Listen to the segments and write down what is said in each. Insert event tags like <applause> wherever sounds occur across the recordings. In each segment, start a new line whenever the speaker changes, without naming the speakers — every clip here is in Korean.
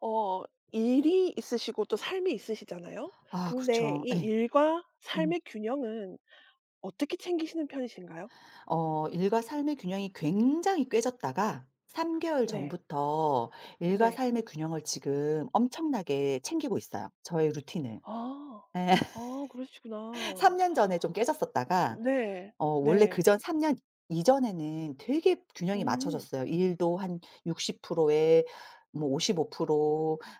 어 일이 있으시고 또 삶이 있으시잖아요.
아
근데
그렇죠.
이
예.
일과
음.
삶의 균형은 어떻게 챙기시는 편이신가요?
일과 삶의 균형이 굉장히 꿰졌다가 3 개월
네.
전부터 일과
네.
삶의 균형을 지금 엄청나게 챙기고 있어요, 저의 루틴을.
아.
예.
아
<laughs> 3
그러시구나.
년 전에 좀 깨졌었다가
네.
원래
네.
그전 3년 이전에는 되게 균형이
음.
맞춰졌어요. 일도 한 60%에 뭐 55%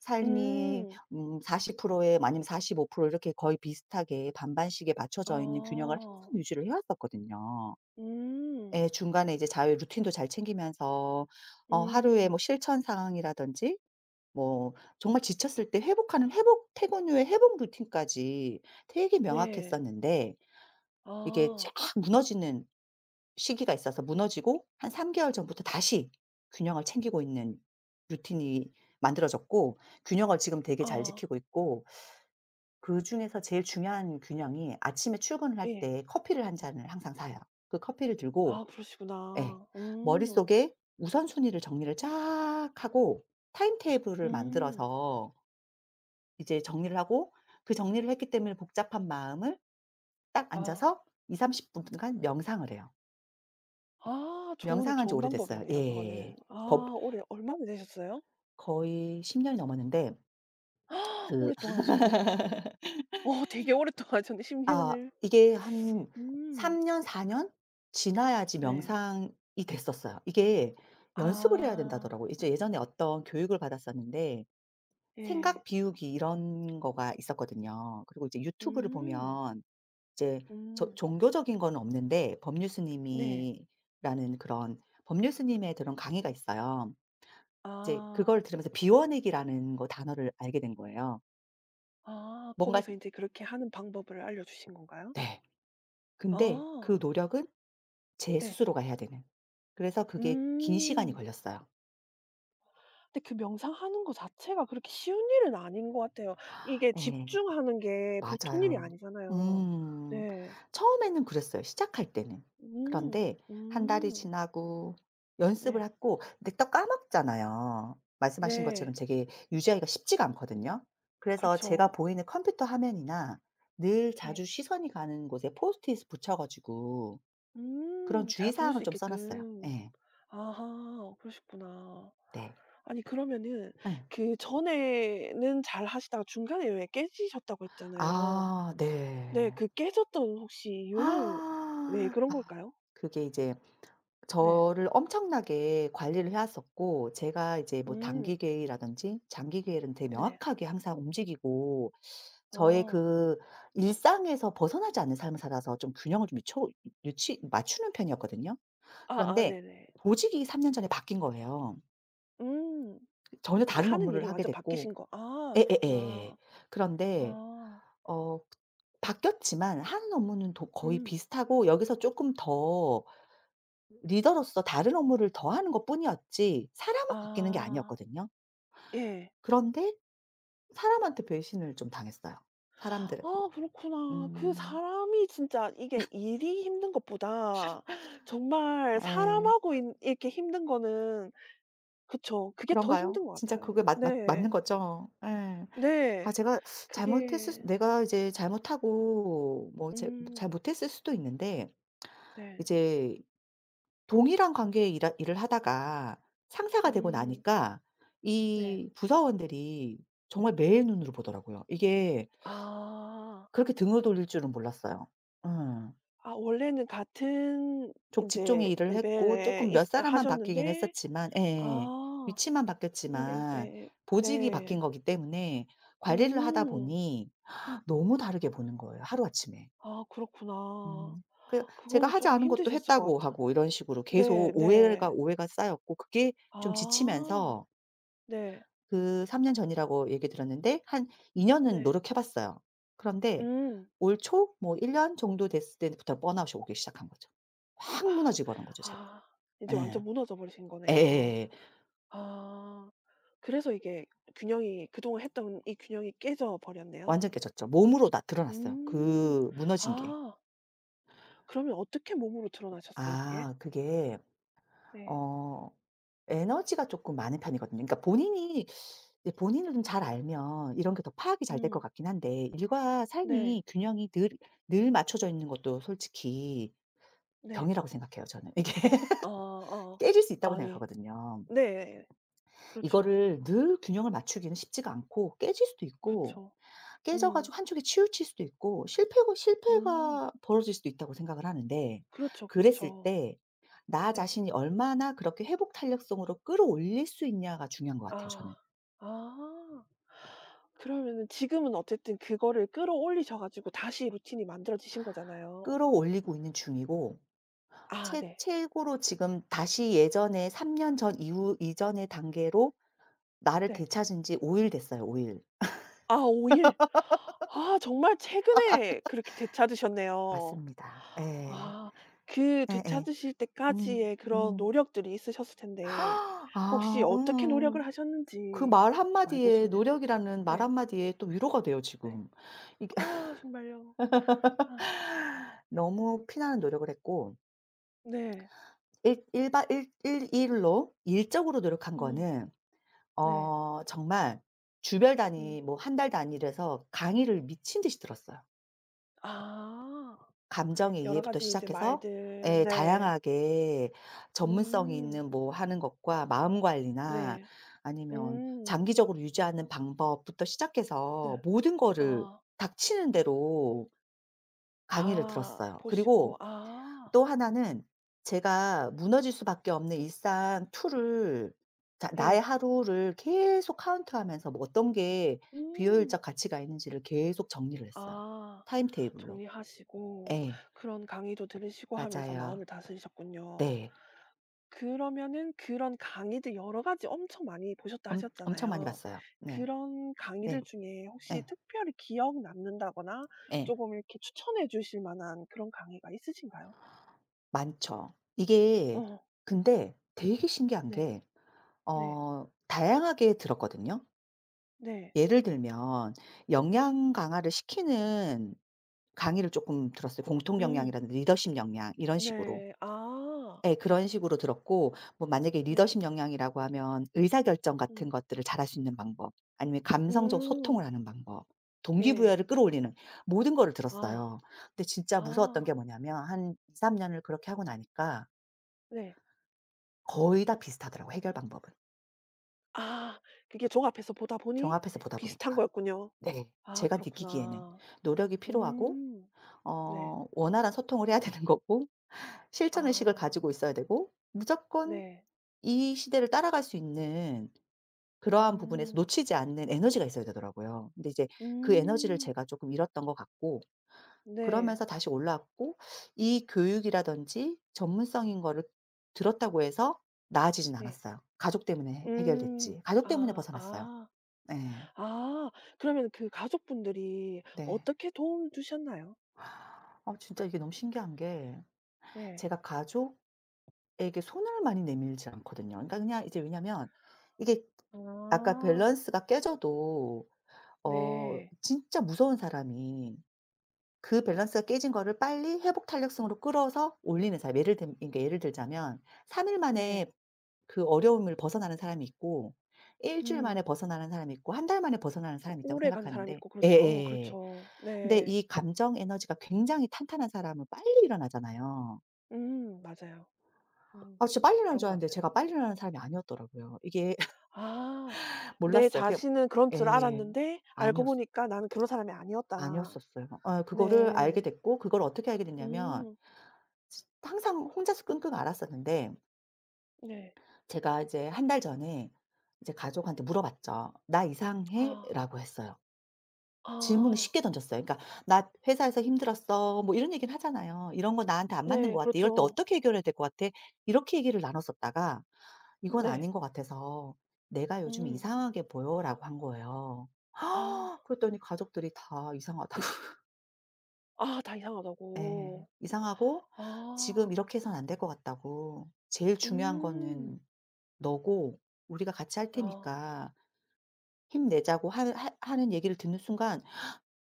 삶이
음.
40%에 아니면 45% 이렇게 거의 비슷하게 반반씩에
아.
맞춰져 있는 균형을 항상 유지를 해 왔었거든요.
음.
예. 중간에 이제 자유 루틴도 잘 챙기면서 하루에 뭐
음.
실천 사항이라든지 뭐 정말 지쳤을 때 회복하는 회복 퇴근 후에 회복 루틴까지 되게
네.
명확했었는데 이게
아.
쫙 무너지는 시기가 있어서 무너지고 한 3 개월 전부터 다시 균형을 챙기고 있는 루틴이 만들어졌고 균형을 지금 되게 잘
아.
지키고 있고 그중에서 제일 중요한 균형이 아침에 출근을 할
예.
때 커피를 한 잔을 항상 사요. 그 커피를
아
들고 예.
그러시구나. 음.
머릿속에 우선순위를 정리를 쫙 하고 타임테이블을
음.
만들어서 이제 정리를 하고 그 정리를 했기 때문에 복잡한 마음을 딱
아.
앉아서 2삼3 0 분간 명상을 해요.
아 좋은
명상한 지
좋은
오래됐어요.
방법이네요
예.
그거는.
법
아 올해 얼마나 되셨어요?
거의 10 년이 넘었는데 그
오랫동안 하셨네요. 어 되게 오랫동안 하셨네 십
아
년을.
이게 한
음.
3 년, 4년 지나야지
네.
명상이 됐었어요. 이게
아
연습을 해야 된다더라고요. 이제 예전에 어떤 교육을 받았었는데 생각
예.
비우기 이런 거가 있었거든요. 그리고 이제 유튜브를
음.
보면 이제 저
음.
종교적인 건 없는데 법률
네.
스님이라는 그런 법률 스님의 그런 강의가 있어요. 이제
아.
그걸 들으면서 비워내기라는 거 단어를 알게 된 거예요.
아
뭔가
거기서 인제 그렇게 하는 방법을 알려주신 건가요?
네. 근데
아
그 노력은 제
네.
스스로가 해야 되는. 그래서 그게 긴 시간이
음.
걸렸어요.
근데 그 명상하는 거 자체가 그렇게 쉬운 일은 아닌 것 같아요. 이게
예.
집중하는 게 보통 일이
맞아요.
아니잖아요.
음.
네.
처음에는 그랬어요, 시작할 때는.
음.
그런데 한 달이
음.
지나고 연습을
네.
했고 근데 또 까먹잖아요. 말씀하신
네.
것처럼 되게 유지하기가 쉽지가 않거든요. 그래서 제가
그렇죠.
보이는 컴퓨터 화면이나 늘
네.
자주 시선이 가는 곳에 포스트잇 붙여 가지고 그런
음. 잘
주의
볼 수
사항을 좀 써 놨어요.
있게끔.
네.
아하. 그러셨구나.
네.
아니 그러면은
응.
그 전에는 잘 하시다가 중간에 왜 깨지셨다고 했잖아요.
아
네.
네.
그 깨졌던 혹시 이유는 왜
아.
그런
아,
걸까요?
그게 이제
네.
저를 엄청나게 관리를 해 왔었고 제가 이제 뭐
음.
단기 계획이라든지 장기 계획은 되게
네.
명확하게 항상 움직이고 저의
아.
그 일상에서 벗어나지 않는 삶을 살아서 좀 균형을 좀 유초 유치 맞추는 편이었거든요.
아아
그런데
네네.
보직이 3년 전에 바뀐 거예요.
음.
전혀
이제
다른
하는 일이
업무를 하게
완전
됐고
바뀌신 거. 아
에에에에
그렇구나.
그런데
아.
어 바뀌었지만 하는 업무는 도 거의
음.
비슷하고 여기서 조금 더 리더로서 다른 업무를 더 하는 것뿐이었지 사람은 바뀌는 게
아.
아니었거든요.
예.
그런데 사람한테 배신을 좀 당했어요. 사람들은.
아 그렇구나. 그
음.
사람이 진짜 이게 일이 힘든 것보다 정말
예.
사람하고 인 이렇게 힘든 거는 그쵸. 그게 더
그런가요?
힘든 것
진짜
같아요.
그게 맞 맞
네.
맞는 거죠? 예. 아
네.
제가 잘못했을 수
그게.
내가 이제 잘못하고 뭐 제
음.
잘 못했을 수도 있는데
네.
이제 동일한 관계의 일하 일을 하다가 상사가 되고
음.
나니까
네.
이 부서원들이 정말 매의 눈으로 보더라고요. 이게
아.
그렇게 등을 돌릴 줄은 몰랐어요. 음.
아 원래는 같은 이
족 직종의
제
일을 했고
레벨에
쪼끔
있
몇 사람만 바뀌긴
하셨는데
했었지만 예.
아
위치만
근데
바뀌었지만
이제
보직이 바뀐
네.
거기 때문에 관리를 하다
음.
보니 너무 다르게 보는 거예요 하루아침에.
아 그렇구나.
음. 그 제가
그거는 조
하지
금
않은 것도
힘드셨을 것
했다고
같아.
하고 이런 식으로
네
계속 오해가,
네.
오해가 쌓였고 그게 좀
아
지치면서
네.
그 3년 전이라고 얘기 들었는데 한 2 년은
네.
노력해 봤어요. 그런데
음.
올 초 뭐 1 년 정도 됐을 때부터 번아웃이 오기 시작한 거죠. 확 무너져 버린 거죠 제가.
아 이제 완전
예.
무너져 버리신 거네요.
예예예예.
아 그래서 이게 균형이 그동안 했던 이 균형이 깨져 버렸네요.
완전 깨졌죠. 몸으로 다 드러났어요.
음.
그 무너진 게.
아 그러면 어떻게 몸으로 드러나셨어요 그게?
아 그게
네.
어 에너지가 쪼끔 많은 편이거든요. 그러니까 본인이 이제 본인을 좀 잘 알면 이런 게 더 파악이 잘 될 것
음.
같긴 한데 일과
네.
삶이 균형이 늘 맞춰져 있는 것도 솔직히
네.
병이라고 생각해요 저는. 이게
아 아,
깨질 수 있다고
아 예.
생각하거든요.
네. 그렇죠.
이거를 늘 균형을 맞추기는 쉽지가 않고 깨질 수도
그렇
있고
죠
깨져
음.
가지고 한쪽에 치우칠 수도 있고 실패고
음.
실패가 벌어질 수도 있다고 생각을 하는데
그렇죠,
그랬을
그렇죠.
때 나
네.
자신이 얼마나 그렇게 회복 탄력성으로 끌어올릴 수 있냐가 중요한 것 같아요
아.
저는.
아. 그러면은 지금은 어쨌든 그거를 끌어올리셔 가지고 다시 루틴이 만들어지신 거잖아요.
끌어올리고 있는 중이고
아
최
네.
최고로 지금 다시 예전에 3년 전 이후 이전의 단계로 나를
네.
되찾은 지 5일 됐어요 5 일.
아 5 일. 아 정말 최근에 그렇게 되찾으셨네요.
맞습니다. 예.
아 그
예예.
되찾으실
음.
때까지의 그런
음.
노력들이 있으셨을 텐데 혹시
아
어떻게 노력을
그
하셨는지
말
좀 알고
한마디에
싶네요.
노력이라는 말
네.
한마디에 또 위로가 돼요
네.
지금. 이게
아 정말요. 아
<laughs> 너무 피나는 노력을 했고
네.
일 일바 일 일 일로 일적으로 노력한
음.
거는
네.
정말 주별
음.
단위 뭐 한 달 단위로 해서 강의를 미친 듯이 들었어요.
아.
감정의
여러
이해부터
가지 이제
시작해서
말들
예
네.
다양하게 전문성이
음.
있는 뭐 하는 것과 마음 관리나
네.
아니면
음.
장기적으로 유지하는 방법부터 시작해서
네.
모든 거를
아
닥치는 대로 강의를
다
들었어요.
보시고
그리고
아
또 하나는 제가 무너질 수밖에 없는 일상 툴을 자 나의
예.
하루를 계속 카운트하면서 뭐 어떤 게
음.
비효율적 가치가 있는지를 계속 정리를 했어요
아
타임테이블로.
정리하시고
예.
그런 강의도 들으시고 하면서
맞아요.
마음을 다스리셨군요.
네.
그러면은 그런 강의들 여러 가지 엄청 많이 보셨다
엄 엄청 많이
하셨잖아요.
봤어요. 네.
그런 강의들
네.
중에 혹시
예.
특별히 기억 남는다거나
예.
쪼금 이렇게 추천해 주실 만한 그런 강의가 있으신가요?
많죠. 이게
어.
근데 되게 신기한
네.
게
네.
다양하게 들었거든요.
네.
예를 들면 역량 강화를 시키는 강의를 쪼끔 들었어요. 공통
음.
역량이라든지 리더십 역량 이런 식으로.
네. 아.
예. 그런 식으로 들었고 뭐 만약에
네.
리더십 역량이라고 하면 의사결정
음.
같은 것들을 잘할 수 있는 방법 아니면 감성적
음.
소통을 하는 방법
예.
동기부여를 끌어올리는 모든 거를
아.
들었어요. 근데 진짜 무서웠던
아.
게 뭐냐면 한 2~3 년을 그렇게 하고 나니까
네.
거의 다 비슷하더라고요, 해결 방법은.
아. 그게 종합해서 보다 보니
종합해서 보다
비슷한
보니까.
거였군요.
네.
아
제가 느끼기에는
그렇구나.
노력이 필요하고
음. 네.
원활한 소통을 해야 되는 거고 실천 의식을
아.
가지고 있어야 되고 무조건
네.
이 시대를 따라갈 수 있는 그러한 부분에서
음.
놓치지 않는 에너지가 있어야 되더라고요. 근데 이제 그 에너지를
음.
제가 조금 잃었던 것 같고
네.
그러면서 다시 올라왔고 이 교육이라든지 전문성인 거를 들었다고 해서 나아지진
예.
않았어요. 가족 때문에
음.
해결됐지. 가족 때문에
아.
벗어났어요.
아.
네.
아. 그러면 그 가족분들이
네.
어떻게 도움을 주셨나요?
아 진짜 이게 너무 신기한 게
네.
제가 가족에게 손을 많이 내밀지 않거든요. 그러니까 그냥 이제 왜냐면 이게 아까
아.
밸런스가 깨져도
네.
진짜 무서운 사람이 그 밸런스가 깨진 거를 빨리 회복 탄력성으로 끌어서 올리는 사람. 예를 들 그러니까 예를 들자면 3일 만에
네.
그 어려움을 벗어나는 사람이 있고 1 주일 만에
음.
벗어나는 사람이 있고 한 달 만에 벗어나는 사람이 있다고
오래 간 사람이
생각하는데
있고 그렇죠. 어
예예예.
그렇죠.
근데
네.
이 감정 에너지가 굉장히 탄탄한 사람은 빨리 일어나잖아요.
맞아요. 음.
아 진짜 빨리 일어나는
그런
줄
것
알았는데
같아요.
제가 빨리 일어나는 사람이 아니었더라고요. 이게 <laughs>
아 내
몰랐어요. 그냥
자신은 그런 줄
예.
알았는데
아니
알고
었
보니까 나는 그런 사람이 아니었다.
아니었었어요. 그거를 알게
네.
됐고 그걸 어떻게 알게 됐냐면
음.
항상 혼자서 끙끙 앓았었는데
네.
제가 이제 한 달 전에 이제 가족한테 물어봤죠. "나
아.
이상해?"라고 했어요. 질문을
아
쉽게 던졌어요. 그러니까 "나 회사에서 힘들었어." 뭐 이런 얘기는 하잖아요. "이런 거 나한테 안 맞는
네
것 같아. 이럴 때
그렇죠.
어떻게 해결해야 될 것 같아?" 이렇게 얘기를 나눴었다가 "이건
네.
아닌 것 같아서 내가 요즘
음.
이상하게 보여."라고 한 거예요.
아.
<laughs> 그랬더니 가족들이 다 이상하다고 <laughs>
아 다
예.
이상하다고.
이상하고
아.
"지금 이렇게 해서는 안 될 것 같다."고 "제일 중요한
음.
거는 너고 우리가 같이 할
아
테니까 힘내자고 하 하 하는 얘기를 듣는 순간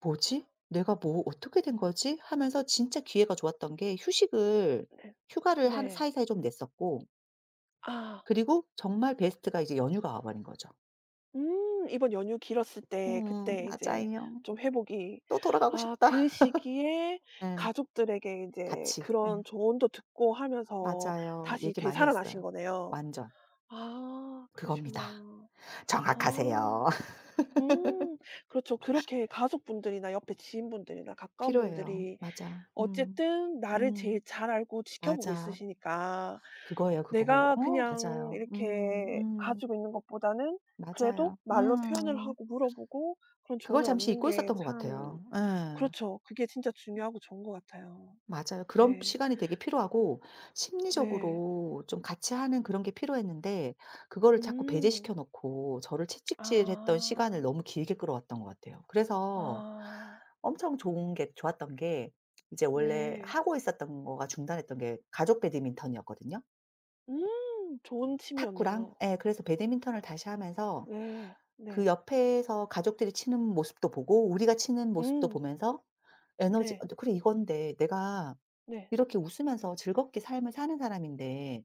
'뭐지? 내가 뭐 어떻게 된 거지?' 하면서 진짜 기회가 좋았던 게 휴식을
네.
휴가를 한
네.
사이사이 좀 냈었고
아.
그리고 정말 베스트가 이제 연휴가 와 버린 거죠.
이번 연휴 길었을 때 그때 이제
맞아요.
좀 회복이
또 돌아가고
아
싶다.
그
<laughs>
시기에
예.
가족들에게 이제
같이. 예.
그런 조언도 듣고 하면서
맞아요.
다시
얘기 많이
되살아나신
했어요.
거네요.
완전
아
그겁니다.
그러시구나.
<laughs>
아.
정확하세요. <laughs>
음. 그렇죠. 그렇게 가족분들이나 옆에 지인분들이나 가까운
필요해요.
분들이
맞아. 음.
어쨌든 나를 제일
음.
잘 알고 지켜보고
맞아.
있으시니까
그거예요, 그거.
내가
어
그냥
맞아요. 음.
이렇게
음.
가지고 있는 것보다는 그래도
맞아요.
말로 표현을
음.
하고 물어보고 그런
그걸
조언을
잠시
얻는
잊고
게
있었던 것
참
같아요. 예.
그렇죠. 그게 진짜 중요하고 좋은 것 같아요.
맞아요. 그런
네.
시간이 되게 필요하고
네.
심리적으로 좀 같이 하는 그런 게 필요했는데 그거를 자꾸
음.
배제시켜 놓고 저를 채찍질했던 시간을
아.
너무 길게 끌어왔던 것 같아요. 그래서
아.
엄청 좋은 게 좋았던 게 이제 원래
네.
하고 있었던 거가 중단했던 게 가족 배드민턴이었거든요.
음. 좋은
탁구랑
취미였네요.
예 그래서 배드민턴을 다시 하면서
네.
그
네.
옆에서 가족들이 치는 모습도 보고 우리가 치는 모습도
음.
보면서 에너지
네.
어 그래 이건데 '내가
네.
이렇게 웃으면서 즐겁게 삶을 사는 사람인데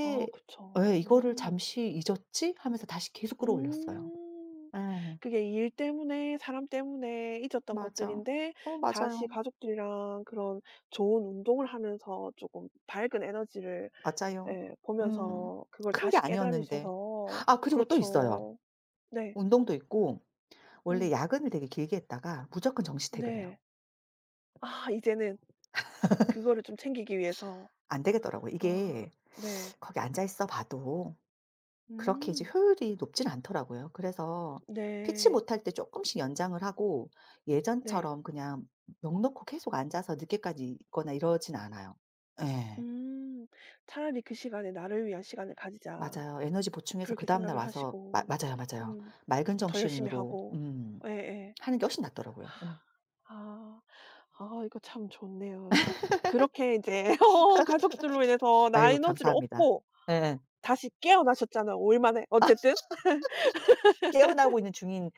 아 그쵸.
예 이거를
음.
잠시 잊었지?' 하면서 다시 계속 끌어올렸어요.
음.
예.
그게 일 때문에 사람 때문에 잊었던
맞아.
것들인데
어
다시
맞아요.
가족들이랑 그런 좋은 운동을 하면서 조금 밝은 에너지를
맞아요.
예
음.
보면서 그걸
큰 게
다시
아니었는데.
깨달으셔서
아 그리고 또 있어요.
그렇죠. 네.
운동도 있고 원래
음.
야근을 되게 길게 했다가 무조건 정시 퇴근해요.
네. 아 이제는 그거를 좀 챙기기 위해서.
안 되겠더라고요.
아
이게
네.
거기 앉아 있어 봐도 그렇게 이제
음.
효율이 높진 않더라고요. 그래서 피치
네.
못할 때 조금씩 연장을 하고
네.
예전처럼 그냥 넋 놓고 계속 앉아서 늦게까지 있거나 이러진 않아요. 예.
음. 차라리 '그 시간에 나를 위한 시간을 가지자.'
맞아요. 에너지 보충해서
그렇게
그다음 날
생각을
와서 마
하시고.
맞아요, 맞아요.
음.
맑은
더 열심히
정신으로
하고. 예예.
하는 게 훨씬 낫더라고요. 예.
아. 아 이거 참 좋네요. 가 그렇게 이제 <laughs> 어 가족들로 인해서 나
아이고
에너지를
감사합니다.
얻고
예예.
다시 깨어나셨잖아요, 5일 만에 어쨌든.
깨어나고 있는 중인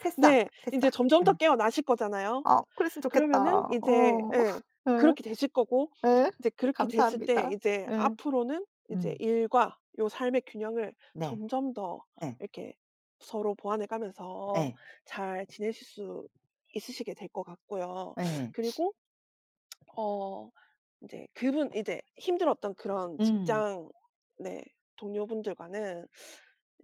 새싹,
네. 인제
새싹.
점점 더
예.
깨어나실 거잖아요.
아 그랬으면
그러면은
좋겠다.
이제
어.
예
<laughs> 예.
그렇게 되실 거고
예.
이제 그렇게 됐을 때
감사합니다.
이제
예.
앞으로는 이제
음.
일과 요 삶의 균형을
네.
점점 더
예.
이렇게 서로 보완해 가면서
예.
잘 지내실 수 있으시게 될 것 같고요.
예.
그리고 어 이제 그분 이제 힘들었던 그런
음.
직장 네 동료분들과는 이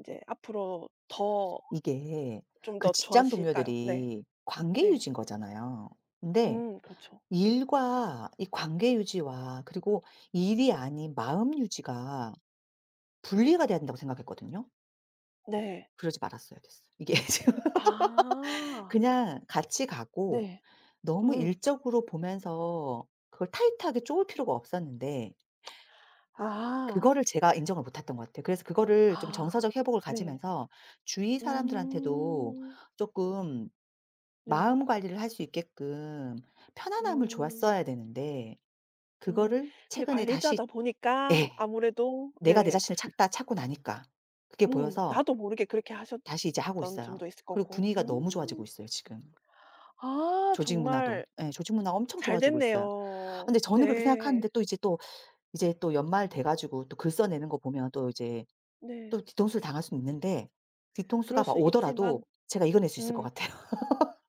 제 앞으로 더
이게
좀 더
그
좋아하
직장
실까요 네.
동료들이 관계
네.
유지인 거잖아요. 근데
그렇죠.
일과 이 관계 유지와 그리고 일이 아닌 마음 유지가 분리가 돼야 된다고 생각했거든요.
네.
그러지 말았어야 됐어요. 이게 <laughs> 지금
아
그냥 같이 가고
네.
너무
음.
일적으로 보면서 그걸 타이트하게 쪼을 필요가 없었는데
아.
그거를 제가 인정을 못 했던 것 같아요. 그래서 그거를 좀
아
정서적 회복을
네.
가지면서 주위 사람들한테도
음.
조금
네.
마음 관리를 할 수 있게끔 편안함을
음.
줬어야 되는데
음.
그거를
근데
최근에 다시
관리자다
<laughs>
보니까
예.
아무래도
내가 내
네.
자신을 찾다 찾고 나니까 그게 보여서
나도 모르게 그렇게
다시 이제 하고
하셨던
있어요.
점도 있을
그리고
거고.
분위기가 너무 좋아지고
음.
있어요 지금.
아
조직 문화도.
정말.
예. 조직 문화가 엄청
잘
좋아지고 있어요.
됐네요.
근데 저는 그렇게
네.
생각하는데 또 이제 또 이제 또 연말 돼 가지고 또 글 써내는 거 보면 또 이제
네.
또 뒤통수를 당할 수는 있는데
그럴
뒤통수가 막
수
오더라도
있지만
제가 이겨낼 수 있을 것
음.
같아요. <laughs>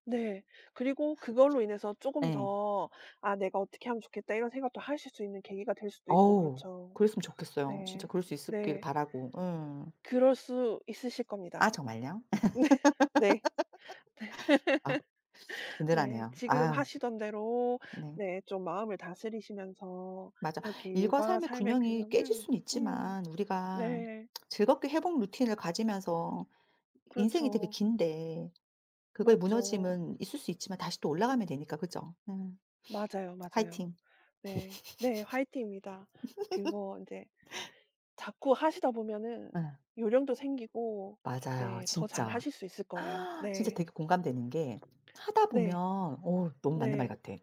네. 그리고 그걸로 인해서 쪼금
예.
더 '아 내가 어떻게 하면 좋겠다.' 이런 생각도 하실 수 있는 계기가 될 수도 있고
어우
그렇죠.
그랬으면 좋겠어요. 진짜
네.
그럴 수 있었길
네.
바라고. 음.
그럴 수 있으실 겁니다.
아 정말요? <laughs>
<laughs> 네. 네.
아
네.
든든하네요.
지금
아유
하시던 대로
네.
네 좀 마음을 다스리시면서
맞아.
이렇게
일과
일과
삶의
삶의
균형이 깨질
균형을
수는
음.
있지만 우리가
네.
즐겁게 회복 루틴을 가지면서 인생이 되게
그렇죠.
긴데 그거의
맞죠.
무너짐은 있을 수 있지만 다시 또 올라가면 되니까. 그죠? 음.
맞아요, 맞아요.
화이팅.
네. 네 화이팅입니다. 그거 인제 자꾸 하시다 보면은
예.
요령도 생기고
맞아요.
네 더
진짜.
잘하실 수 있을 거예요.
아, 진짜
네.
되게 공감되는 게 하다 보면
네.
너무 맞는 말
네.
같아.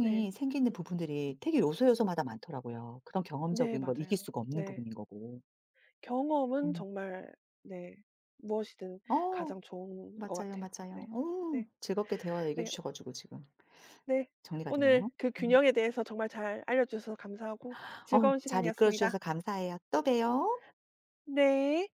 네.
생기는 부분들이 되게 요소 요소마다 많더라고요. 그런
네
경험적인 걸 이길
맞아요.
수가 없는
네.
부분인 거고.
경험은
음.
정말 네 무엇이든
어
가장 좋은 것
맞아요,
같아요.
맞아요.
네. 네.
오 즐겁게 대화 얘기해
네.
주셔 가지고 지금
네.
정리가
오늘
되네요.
그
음.
균형에 대해서 정말 잘 알려 주셔서 감사하고
어우
즐거운
잘 이끌어 주셔서
시간이었습니다.
감사해요. 또 봬요.
네.